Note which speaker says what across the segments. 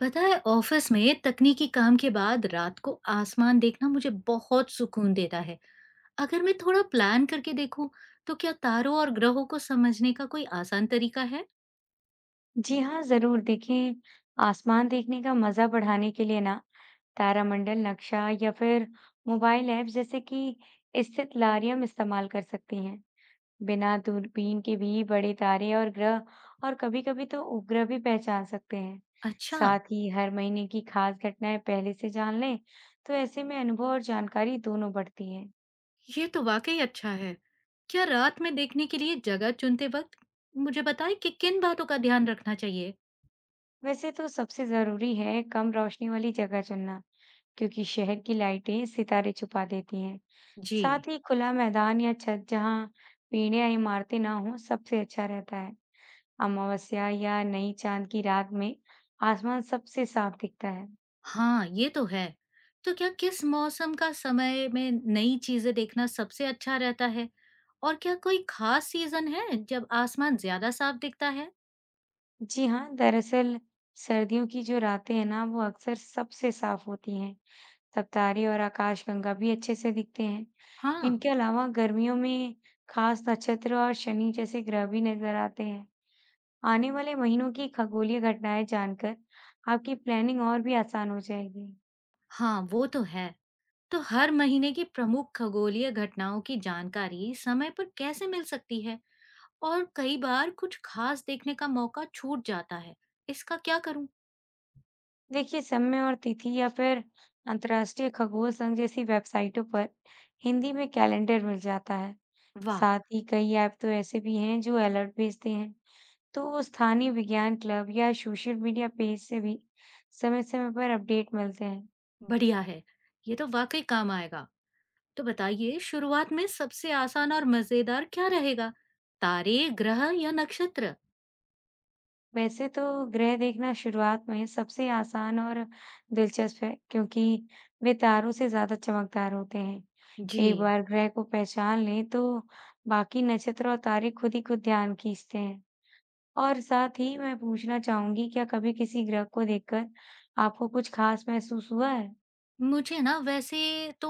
Speaker 1: पता है, ऑफिस में तकनीकी काम के बाद रात को आसमान देखना मुझे बहुत सुकून देता है। अगर मैं थोड़ा प्लान करके देखूं, तो क्या तारों और ग्रहों को समझने का कोई आसान तरीका है?
Speaker 2: जी हाँ, ज़रूर। देखिए, आसमान देखने का मज़ा बढ़ाने के लिए ना तारामंडल नक्शा या फिर मोबाइल ऐप जैसे कि स्थितलारियम इस्तेमाल कर सकती हैं। बिना दूरबीन के भी बड़े तारे और ग्रह और कभी-कभी तो उपग्रह भी पहचान सकते हैं।
Speaker 1: अच्छा,
Speaker 2: साथ ही हर महीने की खास घटनाएं पहले से जान लें, तो ऐसे में अनुभव और जानकारी दोनों बढ़ती है।
Speaker 1: ये तो वाकई अच्छा है। क्या रात में देखने के लिए जगह चुनते वक्त मुझे बताएं कि किन बातों का ध्यान रखना चाहिए?
Speaker 2: वैसे तो सबसे ज़रूरी है कम रोशनी वाली जगह चुनना। क्योंकि शहर की लाइटें सितारे छुपा देती हैं।
Speaker 1: जी
Speaker 2: साथ ही खुला मैदान या छत जहां पेड़ या इमारतें ना हों, सबसे अच्छा रहता है। अमावस्या या नई चांद की रात में आसमान सबसे साफ दिखता है।
Speaker 1: हाँ, ये तो है। तो क्या किस मौसम का समय में नई चीज़ें देखना सबसे अच्छा रहता है? और क्या कोई खास सीज़न है जब आसमान ज़्यादा साफ दिखता है?
Speaker 2: जी हाँ, दरअसल सर्दियों की जो रातें हैं ना, वो अक्सर सबसे साफ होती हैं। तब तारे और आकाशगंगा भी अच्छे से दिखते हैं।
Speaker 1: हाँ,
Speaker 2: इनके अलावा गर्मियों में खास नक्षत्र और शनि जैसे ग्रह भी नजर आते हैं। आने वाले महीनों की खगोलीय घटनाएं जानकर आपकी प्लानिंग और भी आसान हो जाएगी।
Speaker 1: हाँ, वो तो है। तो हर महीने की प्रमुख खगोलीय घटनाओं की जानकारी समय पर कैसे मिल सकती है? और कई बार कुछ खास देखने का मौका छूट जाता है। इसका क्या करूं?
Speaker 2: देखिए, समय और तिथि या फिर अंतर्राष्ट्रीय खगोल संघ जैसी वेबसाइटों पर हिंदी में कैलेंडर मिल जाता है।
Speaker 1: वाह!
Speaker 2: साथ ही कई ऐप तो ऐसे भी हैं जो अलर्ट भेजते हैं। तो स्थानीय विज्ञान क्लब या सोशल मीडिया पेज से भी समय-समय पर अपडेट मिलते हैं।
Speaker 1: बढ़िया है। ये तो वाकई काम आएगा। तो बताइए, शुरुआत में सबसे आसान और मजेदार क्या रहेगा, तारे, ग्रह या नक्षत्र?
Speaker 2: वैसे तो ग्रह देखना शुरुआत में सबसे आसान और दिलचस्प है, क्योंकि वे तारों से ज्यादा चमकदार होते हैं।
Speaker 1: जी,
Speaker 2: एक बार ग्रह को पहचान लें तो बाकी नक्षत्र और तारे खुद ही खुद ध्यान खींचते हैं। और साथ ही मैं पूछना चाहूंगी, क्या कभी किसी ग्रह को देखकर आपको कुछ खास महसूस हुआ है?
Speaker 1: मुझे ना वैसे तो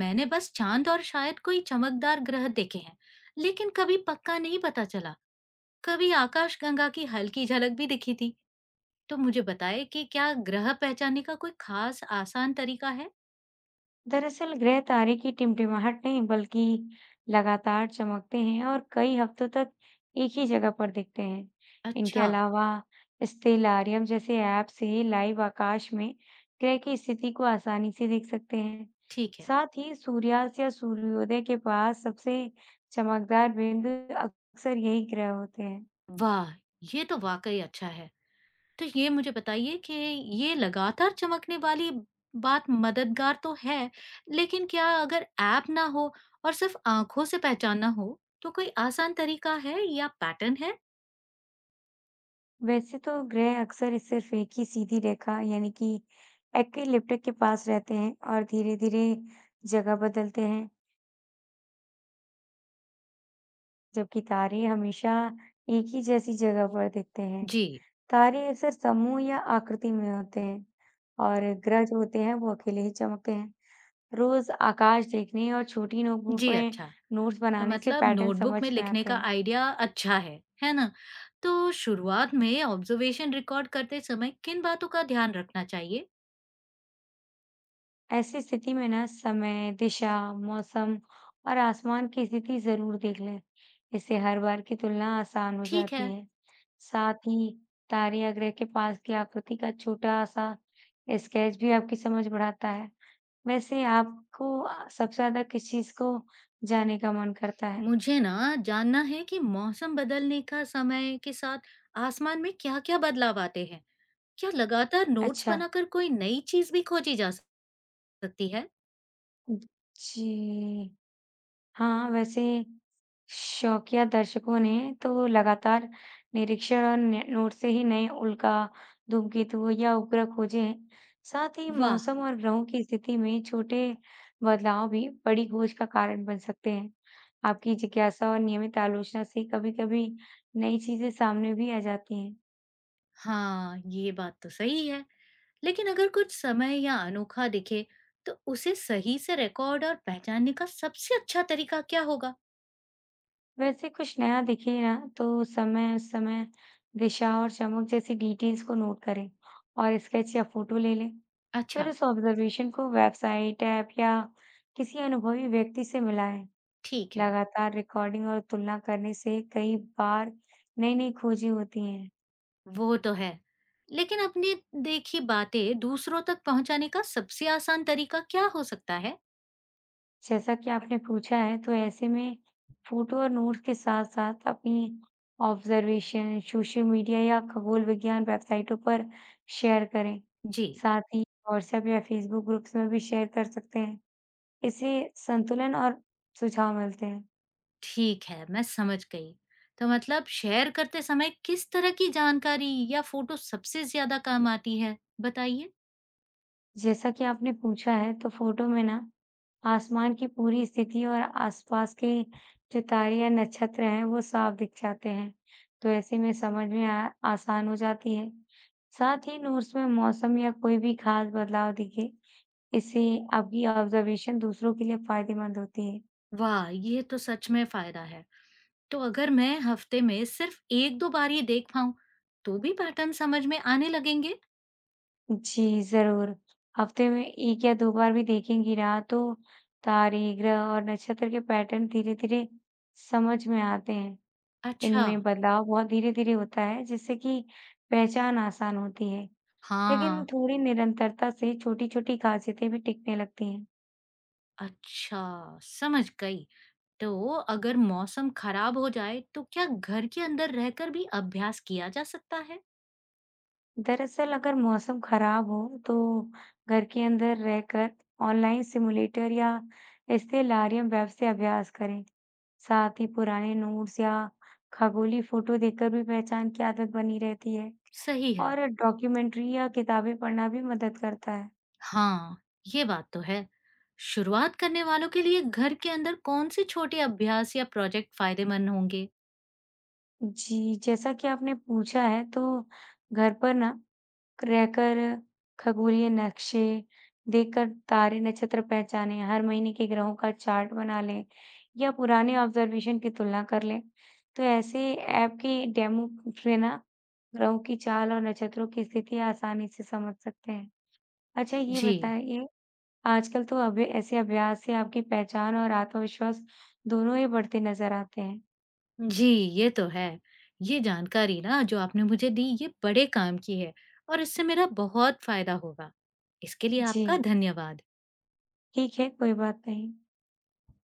Speaker 1: मैंने बस चांद और शायद कोई चमकदार ग्रह देखे हैं, लेकिन कभी पक्का नहीं पता चला। कभी आकाशगंगा की हल्की झलक भी दिखी थी। तो मुझे बताए कि क्या ग्रह पहचानने का कोई खास आसान तरीका है?
Speaker 2: दरअसल ग्रह तारे की टिमटिमाहट नहीं बल्कि लगातार चमकते हैं और कई हफ्तों तक एक ही जगह पर दिखते हैं। इनके
Speaker 1: अच्छा।
Speaker 2: अलावा स्टेलारियम जैसे ऐप से लाइव आकाश में ग्रह की स्थिति को आसानी से देख सकते हैं।
Speaker 1: ठीक है।
Speaker 2: साथ ही सूर्यास्त या सूर्योदय के पास सबसे चमकदार बिंदु अक्सर यही ग्रह होते हैं।
Speaker 1: वाह, ये तो वाकई अच्छा है। तो ये मुझे बताइए कि ये लगातार चमकने वाली बात मददगार तो है, लेकिन क्या अगर ऐप ना हो और सिर्फ आँखों से पहचानना हो, तो कोई आसान तरीका है या पैटर्न है?
Speaker 2: वैसे तो ग्रह अक्सर इस सिर्फ एक ही सीधी रेखा यानी कि एक्लिप्टिक के पास रहते हैं और धीरे धीरे जगह बदलते हैं। जबकि तारे हमेशा एक ही जैसी जगह पर दिखते हैं।
Speaker 1: जी,
Speaker 2: तारे अक्सर समूह या आकृति में होते हैं और ग्रह जो होते हैं वो अकेले ही चमकते हैं। रोज आकाश देखने और छोटी नोटबुक
Speaker 1: जी
Speaker 2: में
Speaker 1: अच्छा।
Speaker 2: नोट्स
Speaker 1: तो
Speaker 2: बनाने से
Speaker 1: मतलब
Speaker 2: पैटर्न
Speaker 1: नोटबुक
Speaker 2: समझ
Speaker 1: में
Speaker 2: में
Speaker 1: लिखने
Speaker 2: आते
Speaker 1: का
Speaker 2: हैं।
Speaker 1: आइडिया अच्छा है ना? तो शुरुआत में ऑब्जर्वेशन रिकॉर्ड करते समय किन बातों का ध्यान रखना चाहिए?
Speaker 2: ऐसी स्थिति में ना समय, दिशा, मौसम और आसमान की स्थिति जरूर देख लें। इससे हर बार की तुलना आसान हो
Speaker 1: ठीक
Speaker 2: जाती
Speaker 1: है।
Speaker 2: है। साथ ही तारे या ग्रह के पास की आकृति का छोटा सा स्केच भी आपकी समझ बढ़ाता है। वैसे सबसे ज्यादा किस चीज को जानने का मन करता है?
Speaker 1: मुझे ना जानना है कि मौसम बदलने का समय के साथ आसमान में क्या-क्या बदलाव आते हैं। क्या लगातार नोट्स
Speaker 2: अच्छा।
Speaker 1: बनाकर कोई नई चीज भी खोजी जा सकती है?
Speaker 2: जी। हाँ, वैसे शौकिया दर्शकों ने तो लगातार निरीक्षण और न नोट से ही नए उल्का, धूमकेतु या उपग्रह खोजे हैं। साथ ही
Speaker 1: वाह!
Speaker 2: मौसम और ग्रहों की स्थिति में छोटे बदलाव भी बड़ी खोज का कारण बन सकते हैं। आपकी जिज्ञासा और नियमित आलोचना से कभी-कभी नई चीजें सामने भी आ जाती हैं।
Speaker 1: हाँ, ये बात तो सही है। लेकिन अगर कुछ समय या अनोखा दिखे, तो उसे सही से रिकॉर्ड और पहचानने का सबसे अच्छा तरीका क्या होगा?
Speaker 2: वैसे कुछ नया दिखे ना तो समय उस समय दिशा और चमक जैसी डिटेल्स को नोट करें और स्केच या फोटो ले लें। फिर
Speaker 1: अच्छा।
Speaker 2: उस ऑब्जर्वेशन को वेबसाइट ऐप या किसी अनुभवी व्यक्ति से मिलाएं।
Speaker 1: ठीक है।
Speaker 2: लगातार रिकॉर्डिंग और तुलना करने से कई बार नई नई खोजें होती हैं।
Speaker 1: वो तो है। लेकिन अपनी देखी बातें दूसरों तक पहुंचाने का सबसे आसान तरीका क्या हो सकता है?
Speaker 2: जैसा कि आपने पूछा है, तो ऐसे में फ़ोटो और नोट्स के साथ-साथ अपनी ऑब्जर्वेशन सोशल मीडिया या खगोल विज्ञान वेबसाइटों पर शेयर करें।
Speaker 1: जी।
Speaker 2: साथ ही व्हाट्सएप या फेसबुक ग्रुप्स में भी शेयर कर सकते हैं। इससे संतुलन और सुझाव मिलते हैं।
Speaker 1: ठीक है, मैं समझ गई। तो मतलब शेयर करते समय किस तरह की जानकारी या फ़ोटो सबसे ज़्यादा काम आती है? बताइए।
Speaker 2: जैसा कि आपने पूछा है तो फोटो में ना आसमान की पूरी स्थिति और आसपास के जो तारे या नक्षत्र हैं वो साफ दिख जाते हैं। तो ऐसे में आसान हो जाती है। साथ ही नोट्स में मौसम या कोई भी खास बदलाव दिखे, इससे आपकी ऑब्जर्वेशन दूसरों के लिए फायदेमंद होती है।
Speaker 1: वाह! ये तो सच में फ़ायदा है। तो अगर मैं हफ़्ते में सिर्फ़ 1-2 बार ही देख पाऊँ, तो भी पैटर्न समझ में आने लगेंगे?
Speaker 2: जी जरूर। हफ्ते में एक या दो बार भी देखेंगी ना तो तारे ग्रह और नक्षत्र के पैटर्न धीरे धीरे समझ में आते हैं।
Speaker 1: अच्छा।
Speaker 2: इनमें बदलाव बहुत धीरे-धीरे होता है, जिससे कि पहचान आसान होती है। लेकिन
Speaker 1: हाँ,
Speaker 2: थोड़ी निरंतरता से छोटी-छोटी खासियतें भी टिकने लगती हैं।
Speaker 1: अच्छा, समझ गई। तो अगर मौसम ख़राब हो जाए, तो क्या घर के अंदर रहकर भी अभ्यास किया जा सकता है?
Speaker 2: दरअसल अगर मौसम खराब हो, तो घर के अंदर रहकर ऑनलाइन सिमुलेटर या स्टेलारियम वेब से अभ्यास करें। साथ ही पुराने नोट्स या खगोलीय फोटो देखकर भी पहचान की आदत बनी रहती है।
Speaker 1: सही है।
Speaker 2: और डॉक्यूमेंट्री या किताबें पढ़ना भी मदद करता है।
Speaker 1: हाँ, ये बात तो है। शुरुआत करने वालों के लिए घर के अंदर कौन से छोटे अभ्यास या प्रोजेक्ट फायदेमंद होंगे?
Speaker 2: जी, जैसा कि आपने पूछा है तो घर पर ना रहकर खगोलीय नक्शे देखकर तारे नक्षत्र पहचानें, हर महीने के ग्रहों का चार्ट बना लें या पुराने ऑब्जर्वेशन की तुलना कर लें। तो ऐसे ऐप के डेमो से ना ग्रहों की चाल और नक्षत्रों की स्थिति आसानी से समझ सकते हैं। अच्छा ये
Speaker 1: जी,
Speaker 2: बताइए, आजकल तो अभी ऐसे अभ्यास से आपकी पहचान और आत्मविश्वास दोनों ही बढ़ते नज़र आते हैं।
Speaker 1: जी, ये तो है। ये जानकारी ना जो आपने मुझे दी ये बड़े काम की है और इससे मेरा बहुत फायदा होगा। इसके लिए आपका
Speaker 2: जी,
Speaker 1: धन्यवाद।
Speaker 2: ठीक है, कोई बात नहीं।